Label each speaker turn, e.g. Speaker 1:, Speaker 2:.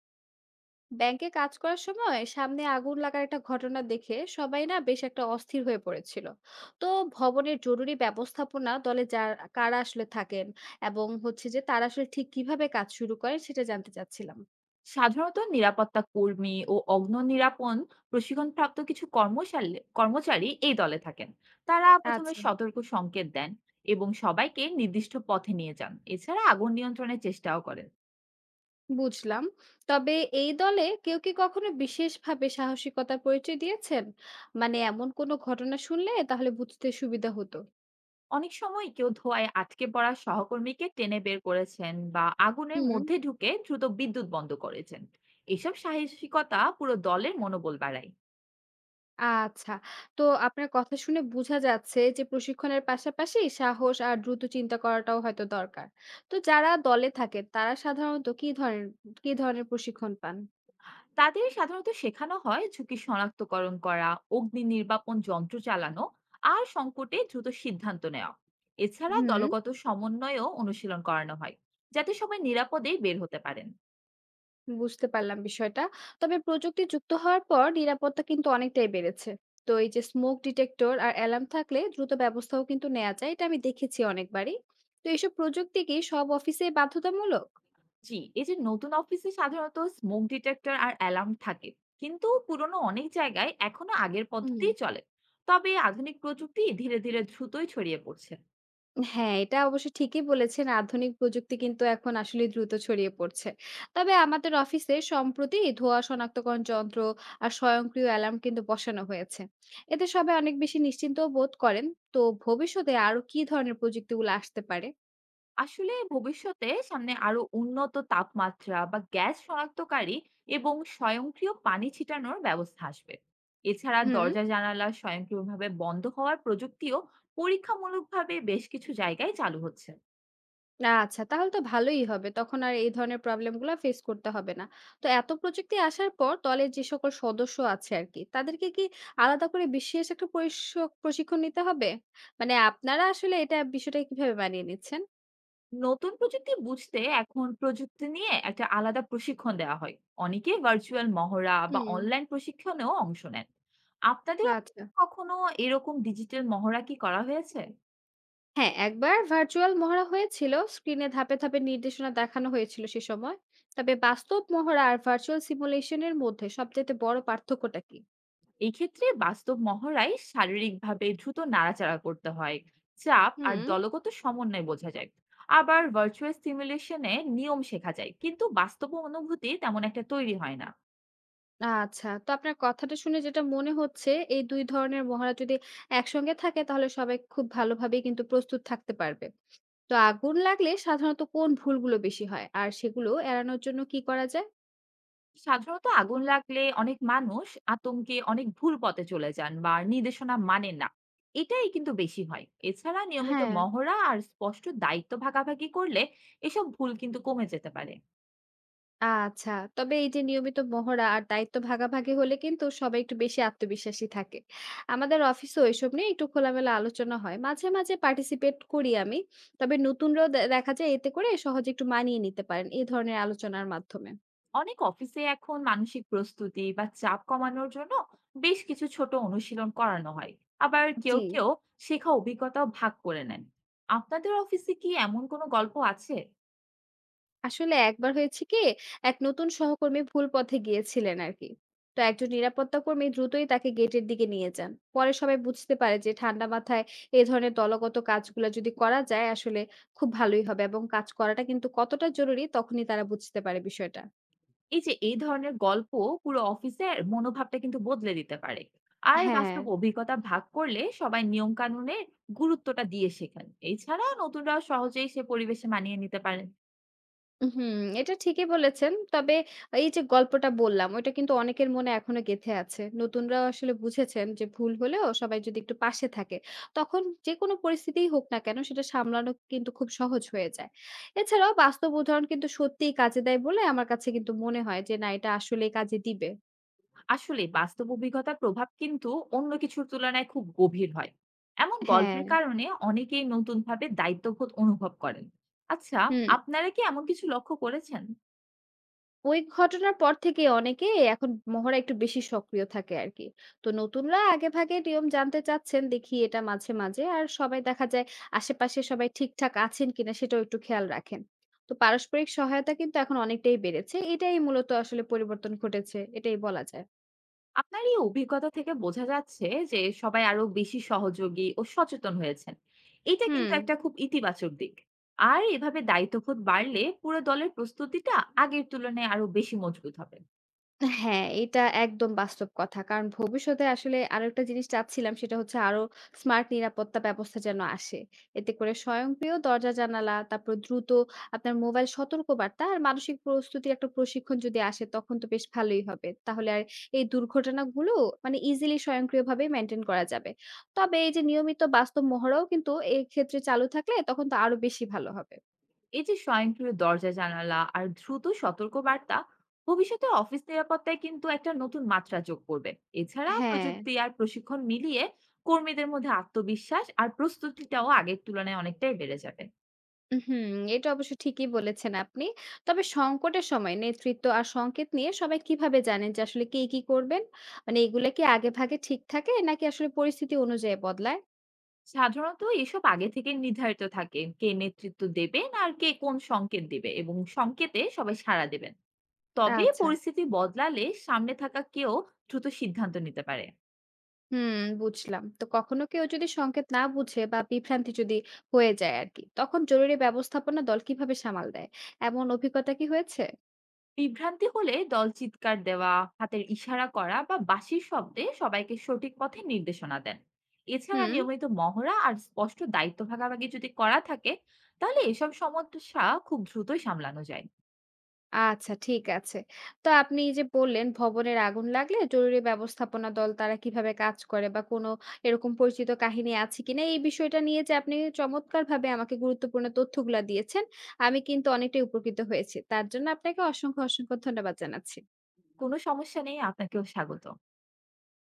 Speaker 1: ব্যাংকে কাজ করার সময় সামনে আগুন লাগার একটা ঘটনা দেখে সবাই না বেশ একটা অস্থির হয়ে পড়েছিল। তো ভবনের জরুরি ব্যবস্থাপনা দলে যারা কারা আসলে থাকেন এবং হচ্ছে যে তারা আসলে ঠিক কিভাবে কাজ শুরু করেন সেটা জানতে চাচ্ছিলাম।
Speaker 2: সাধারণত নিরাপত্তা কর্মী ও অগ্নিনিরাপণ প্রশিক্ষণপ্রাপ্ত কিছু কর্মশালী কর্মচারী এই দলে থাকেন। তারা প্রথমে
Speaker 1: আচ্ছা,
Speaker 2: সতর্ক সংকেত দেন এবং সবাইকে নির্দিষ্ট পথে নিয়ে যান, এছাড়া আগুন নিয়ন্ত্রণের চেষ্টাও করেন।
Speaker 1: বুঝলাম। তবে এই দলে কেউ কি কখনো বিশেষভাবে সাহসিকতার পরিচয় দিয়েছেন? মানে এমন কোনো ঘটনা শুনলে তাহলে বুঝতে সুবিধা হতো।
Speaker 2: অনেক সময় কেউ ধোঁয়ায় আটকে পড়া সহকর্মীকে টেনে বের করেছেন বা আগুনের
Speaker 1: হুম।
Speaker 2: মধ্যে ঢুকে দ্রুত বিদ্যুৎ বন্ধ করেছেন। এসব সাহসিকতা পুরো দলের মনোবল বাড়ায়।
Speaker 1: আচ্ছা। তো আপনার কথা শুনে বোঝা যাচ্ছে যে প্রশিক্ষণের পাশাপাশি সাহস আর দ্রুত চিন্তা করাটাও হয়তো দরকার। তো যারা দলে থাকে তারা সাধারণত কি ধরনের কি ধরনের প্রশিক্ষণ পান?
Speaker 2: তাদের সাধারণত শেখানো হয় ঝুঁকি শনাক্তকরণ করা, অগ্নি নির্বাপন যন্ত্র চালানো আর সংকটে দ্রুত সিদ্ধান্ত নেওয়া। এছাড়া
Speaker 1: হুম,
Speaker 2: দলগত সমন্বয়ও অনুশীলন করানো হয় যাতে সবাই নিরাপদেই বের হতে পারেন।
Speaker 1: বুঝতে পারলাম বিষয়টা। তবে প্রযুক্তি যুক্ত হওয়ার পর নিরাপত্তা কিন্তু অনেকটাই বেড়েছে। তো এই যে স্মোক ডিটেক্টর আর অ্যালার্ম থাকলে দ্রুত ব্যবস্থাও কিন্তু নেওয়া যায়। এটা আমি দেখেছি অনেকবারই। তো এইসব প্রযুক্তি কি সব অফিসে বাধ্যতামূলক?
Speaker 2: জি, এই যে নতুন অফিসে সাধারণত স্মোক ডিটেক্টর আর অ্যালার্ম থাকে, কিন্তু পুরনো অনেক জায়গায় এখনো আগের
Speaker 1: হুম।
Speaker 2: পদ্ধতিই চলে। তবে আধুনিক প্রযুক্তি ধীরে ধীরে দ্রুতই ছড়িয়ে পড়ছে।
Speaker 1: হ্যাঁ, এটা অবশ্য ঠিকই বলেছেন। আধুনিক প্রযুক্তি কিন্তু এখন আসলেই দ্রুত ছড়িয়ে পড়ছে। তবে আমাদের অফিসে সম্প্রতি ধোঁয়া শনাক্তকরণ যন্ত্র আর স্বয়ংক্রিয় অ্যালার্ম কিন্তু বসানো হয়েছে। এতে সবাই অনেক বেশি নিশ্চিন্তও বোধ করেন। তো ভবিষ্যতে আরো কি ধরনের প্রযুক্তিগুলো আসতে পারে?
Speaker 2: আসলে ভবিষ্যতে সামনে আরো উন্নত তাপমাত্রা বা গ্যাস শনাক্তকারী এবং স্বয়ংক্রিয় পানি ছিটানোর ব্যবস্থা আসবে। এছাড়া
Speaker 1: হুম।
Speaker 2: দরজা জানালা স্বয়ংক্রিয়ভাবে বন্ধ হওয়ার প্রযুক্তিও পরীক্ষামূলকভাবে বেশ কিছু জায়গায় চালু হচ্ছে।
Speaker 1: না আচ্ছা, তাহলে তো ভালোই হবে। তখন আর এই ধরনের প্রবলেম গুলা ফেস করতে হবে না। তো এত প্রযুক্তি আসার পর দলের যে সকল সদস্য আছে আরকি, তাদেরকে কি আলাদা করে বিশেষ একটা প্রশিক্ষণ নিতে হবে? মানে আপনারা আসলে এটা বিষয়টা কিভাবে মানিয়ে নিচ্ছেন?
Speaker 2: নতুন প্রযুক্তি বুঝতে এখন প্রযুক্তি নিয়ে একটা আলাদা প্রশিক্ষণ দেওয়া হয়। অনেকে ভার্চুয়াল মহড়া বা
Speaker 1: হুম,
Speaker 2: অনলাইন প্রশিক্ষণেও অংশ নেন। আপনাদের office
Speaker 1: আচ্ছা।
Speaker 2: এ কখনো এরকম ডিজিটাল মহড়া কি করা হয়েছে?
Speaker 1: হ্যাঁ, একবার ভার্চুয়াল মহড়া হয়েছিল। স্ক্রিনে ধাপে, ধাপে নির্দেশনা দেখানো হয়েছিল সে সময়। তবে বাস্তব মহড়া আর ভার্চুয়াল সিমুলেশন এর মধ্যে সবচাইতে বড় পার্থক্যটা কি?
Speaker 2: এই ক্ষেত্রে বাস্তব মহড়ায় শারীরিকভাবে দ্রুত নাড়াচাড়া করতে হয়, চাপ আর
Speaker 1: হুম।
Speaker 2: দলগত সমন্বয় বোঝা যায়। আবার ভার্চুয়াল সিমুলেশনে নিয়ম শেখা যায়, কিন্তু বাস্তব অনুভূতি তেমন একটা তৈরি হয় না।
Speaker 1: আচ্ছা। তো আপনার কথাটা শুনে যেটা মনে হচ্ছে, এই ২ ধরনের মহড়া যদি একসঙ্গে থাকে তাহলে সবাই খুব ভালোভাবেই কিন্তু প্রস্তুত থাকতে পারবে। তো আগুন লাগলে সাধারণত কোন ভুলগুলো বেশি হয়? আর সেগুলো এড়ানোর জন্য কি করা যায়?
Speaker 2: সাধারণত আগুন লাগলে অনেক মানুষ আতঙ্কে অনেক ভুল পথে চলে যান বা নির্দেশনা মানেন না, এটাই কিন্তু বেশি হয়। এছাড়া নিয়মিত
Speaker 1: হ্যাঁ,
Speaker 2: মহড়া আর স্পষ্ট দায়িত্ব ভাগাভাগি করলে এসব ভুল কিন্তু কমে যেতে পারে।
Speaker 1: আচ্ছা। তবে এই যে নিয়মিত মহড়া আর দায়িত্ব ভাগাভাগি হলে কিন্তু সবাই একটু বেশি আত্মবিশ্বাসী থাকে। আমাদের অফিসেও এসব নিয়ে একটু খোলামেলা আলোচনা হয়। মাঝে, মাঝে পার্টিসিপেট করি আমি। তবে নতুনরাও দেখা যায় এতে করে সহজে একটু মানিয়ে নিতে পারেন এই ধরনের আলোচনার মাধ্যমে।
Speaker 2: অনেক অফিসে এখন মানসিক প্রস্তুতি বা চাপ কমানোর জন্য বেশ কিছু ছোট অনুশীলন করানো হয়। আবার কেউ
Speaker 1: জি।
Speaker 2: কেউ শেখা অভিজ্ঞতাও ভাগ করে নেন। আপনাদের অফিসে কি এমন কোনো গল্প আছে?
Speaker 1: আসলে একবার হয়েছে কি, এক নতুন সহকর্মী ভুল পথে গিয়েছিলেন আরকি। তো একজন নিরাপত্তা কর্মী দ্রুতই তাকে গেটের দিকে নিয়ে যান। পরে সবাই বুঝতে পারে যে ঠান্ডা মাথায় এ ধরনের দলগত কাজগুলা যদি করা যায় আসলে খুব ভালোই হবে এবং কাজ করাটা কিন্তু কতটা জরুরি তখনই তারা বুঝতে পারে বিষয়টা।
Speaker 2: এই যে এই ধরনের গল্প পুরো অফিসের মনোভাবটা কিন্তু বদলে দিতে পারে। আর
Speaker 1: হ্যাঁ।
Speaker 2: বাস্তব অভিজ্ঞতা ভাগ করলে সবাই নিয়ম কানুনের গুরুত্বটা দিয়ে শেখেন। এছাড়া নতুনরাও সহজেই সে পরিবেশে মানিয়ে নিতে পারেন।
Speaker 1: হুম, এটা ঠিকই বলেছেন। তবে এই যে গল্পটা বললাম, ওইটা কিন্তু অনেকের মনে এখনো গেঁথে আছে। নতুনরাও আসলে বুঝেছেন যে ভুল হলেও সবাই যদি একটু পাশে থাকে, তখন যেকোনো পরিস্থিতিই হোক না কেন সেটা সামলানো কিন্তু খুব সহজ হয়ে যায়। এছাড়াও বাস্তব উদাহরণ কিন্তু সত্যিই কাজে দেয় বলে আমার কাছে কিন্তু মনে হয় যে না এটা আসলেই কাজে দিবে।
Speaker 2: আসলে বাস্তব অভিজ্ঞতার প্রভাব কিন্তু অন্য কিছুর তুলনায় খুব গভীর হয়। এমন
Speaker 1: হ্যাঁ।
Speaker 2: গল্পের কারণে অনেকেই নতুনভাবে দায়িত্ববোধ অনুভব করেন। আচ্ছা,
Speaker 1: হুম।
Speaker 2: আপনারা কি এমন কিছু লক্ষ্য করেছেন?
Speaker 1: ওই ঘটনার পর থেকে অনেকে এখন মহড়া একটু বেশি সক্রিয় থাকে আরকি। তো নতুনরা আগেভাগে নিয়ম জানতে চাচ্ছেন দেখি এটা মাঝে, মাঝে। আর সবাই দেখা যায় আশেপাশে সবাই ঠিকঠাক আছেন কিনা সেটাও একটু খেয়াল রাখেন। তো পারস্পরিক সহায়তা কিন্তু এখন অনেকটাই বেড়েছে। এটাই মূলত আসলে পরিবর্তন ঘটেছে। এটাই বলা যায়।
Speaker 2: আপনার এই অভিজ্ঞতা থেকে বোঝা যাচ্ছে যে সবাই আরো বেশি সহযোগী ও সচেতন হয়েছেন। এটা
Speaker 1: হুম।
Speaker 2: কিন্তু একটা খুব ইতিবাচক দিক। আর এভাবে দায়িত্ববোধ বাড়লে পুরো দলের প্রস্তুতিটা আগের তুলনায় আরো বেশি মজবুত হবে।
Speaker 1: হ্যাঁ, এটা একদম বাস্তব কথা। কারণ ভবিষ্যতে আসলে আরেকটা জিনিস চাচ্ছিলাম সেটা হচ্ছে আরো স্মার্ট নিরাপত্তা ব্যবস্থা যেন আসে। এতে করে স্বয়ংক্রিয় দরজা জানালা, তারপর দ্রুত আপনার মোবাইল সতর্কবার্তা আর মানসিক প্রস্তুতির একটা প্রশিক্ষণ যদি আসে তখন তো বেশ ভালোই হবে। তাহলে আর এই দুর্ঘটনাগুলো মানে ইজিলি স্বয়ংক্রিয়ভাবে মেইনটেইন করা যাবে। তবে এই যে নিয়মিত বাস্তব মহড়াও কিন্তু এক্ষেত্রে চালু থাকলে তখন তো আরো বেশি ভালো হবে।
Speaker 2: এই যে স্বয়ংক্রিয় দরজা জানালা আর দ্রুত সতর্কবার্তা ভবিষ্যতে অফিস নিরাপত্তায় কিন্তু একটা নতুন মাত্রা যোগ করবে। এছাড়া
Speaker 1: হ্যাঁ।
Speaker 2: প্রযুক্তি আর প্রশিক্ষণ মিলিয়ে কর্মীদের মধ্যে আত্মবিশ্বাস আর প্রস্তুতিটাও আগের তুলনায় অনেকটাই বেড়ে যাবে।
Speaker 1: হুম, এটা অবশ্য ঠিকই বলেছেন আপনি। তবে সংকটের সময় নেতৃত্ব আর সংকেত নিয়ে সবাই কিভাবে জানেন যে আসলে কে কি করবেন? মানে এগুলা কি আগেভাগে ঠিক থাকে নাকি আসলে পরিস্থিতি অনুযায়ী বদলায়?
Speaker 2: সাধারণত এসব আগে থেকে নির্ধারিত থাকে, কে নেতৃত্ব দেবেন আর কে কোন সংকেত দেবে এবং সংকেতে সবাই সাড়া দেবেন। তবে
Speaker 1: আচ্ছা।
Speaker 2: পরিস্থিতি বদলালে সামনে থাকা কেউ দ্রুত সিদ্ধান্ত নিতে পারে।
Speaker 1: হুম, বুঝলাম। তো কখনো কেউ যদি সংকেত না বুঝে বা বিভ্রান্তি যদি হয়ে যায় আরকি, তখন জরুরি ব্যবস্থাপনা দল কিভাবে সামাল দেয়? এমন অভিজ্ঞতা কি হয়েছে?
Speaker 2: বিভ্রান্তি হলে দল চিৎকার দেওয়া, হাতের ইশারা করা বা বাঁশির শব্দে সবাইকে সঠিক পথে নির্দেশনা দেন। এছাড়া
Speaker 1: হুম।
Speaker 2: নিয়মিত মহড়া আর স্পষ্ট দায়িত্ব ভাগাভাগি যদি করা থাকে তাহলে এসব সমস্যা খুব দ্রুতই সামলানো যায়।
Speaker 1: আচ্ছা ঠিক আছে। তো আপনি এই যে বললেন ভবনের আগুন লাগলে জরুরি ব্যবস্থাপনা দল তারা কিভাবে কাজ করে বা কোনো এরকম পরিচিত কাহিনী আছে কিনা এই বিষয়টা নিয়ে যে আপনি চমৎকারভাবে আমাকে গুরুত্বপূর্ণ তথ্যগুলা দিয়েছেন। আমি কিন্তু অনেকটাই উপকৃত হয়েছি। তার জন্য আপনাকে অসংখ্য, অসংখ্য ধন্যবাদ জানাচ্ছি।
Speaker 2: কোনো সমস্যা নেই, আপনাকেও স্বাগত।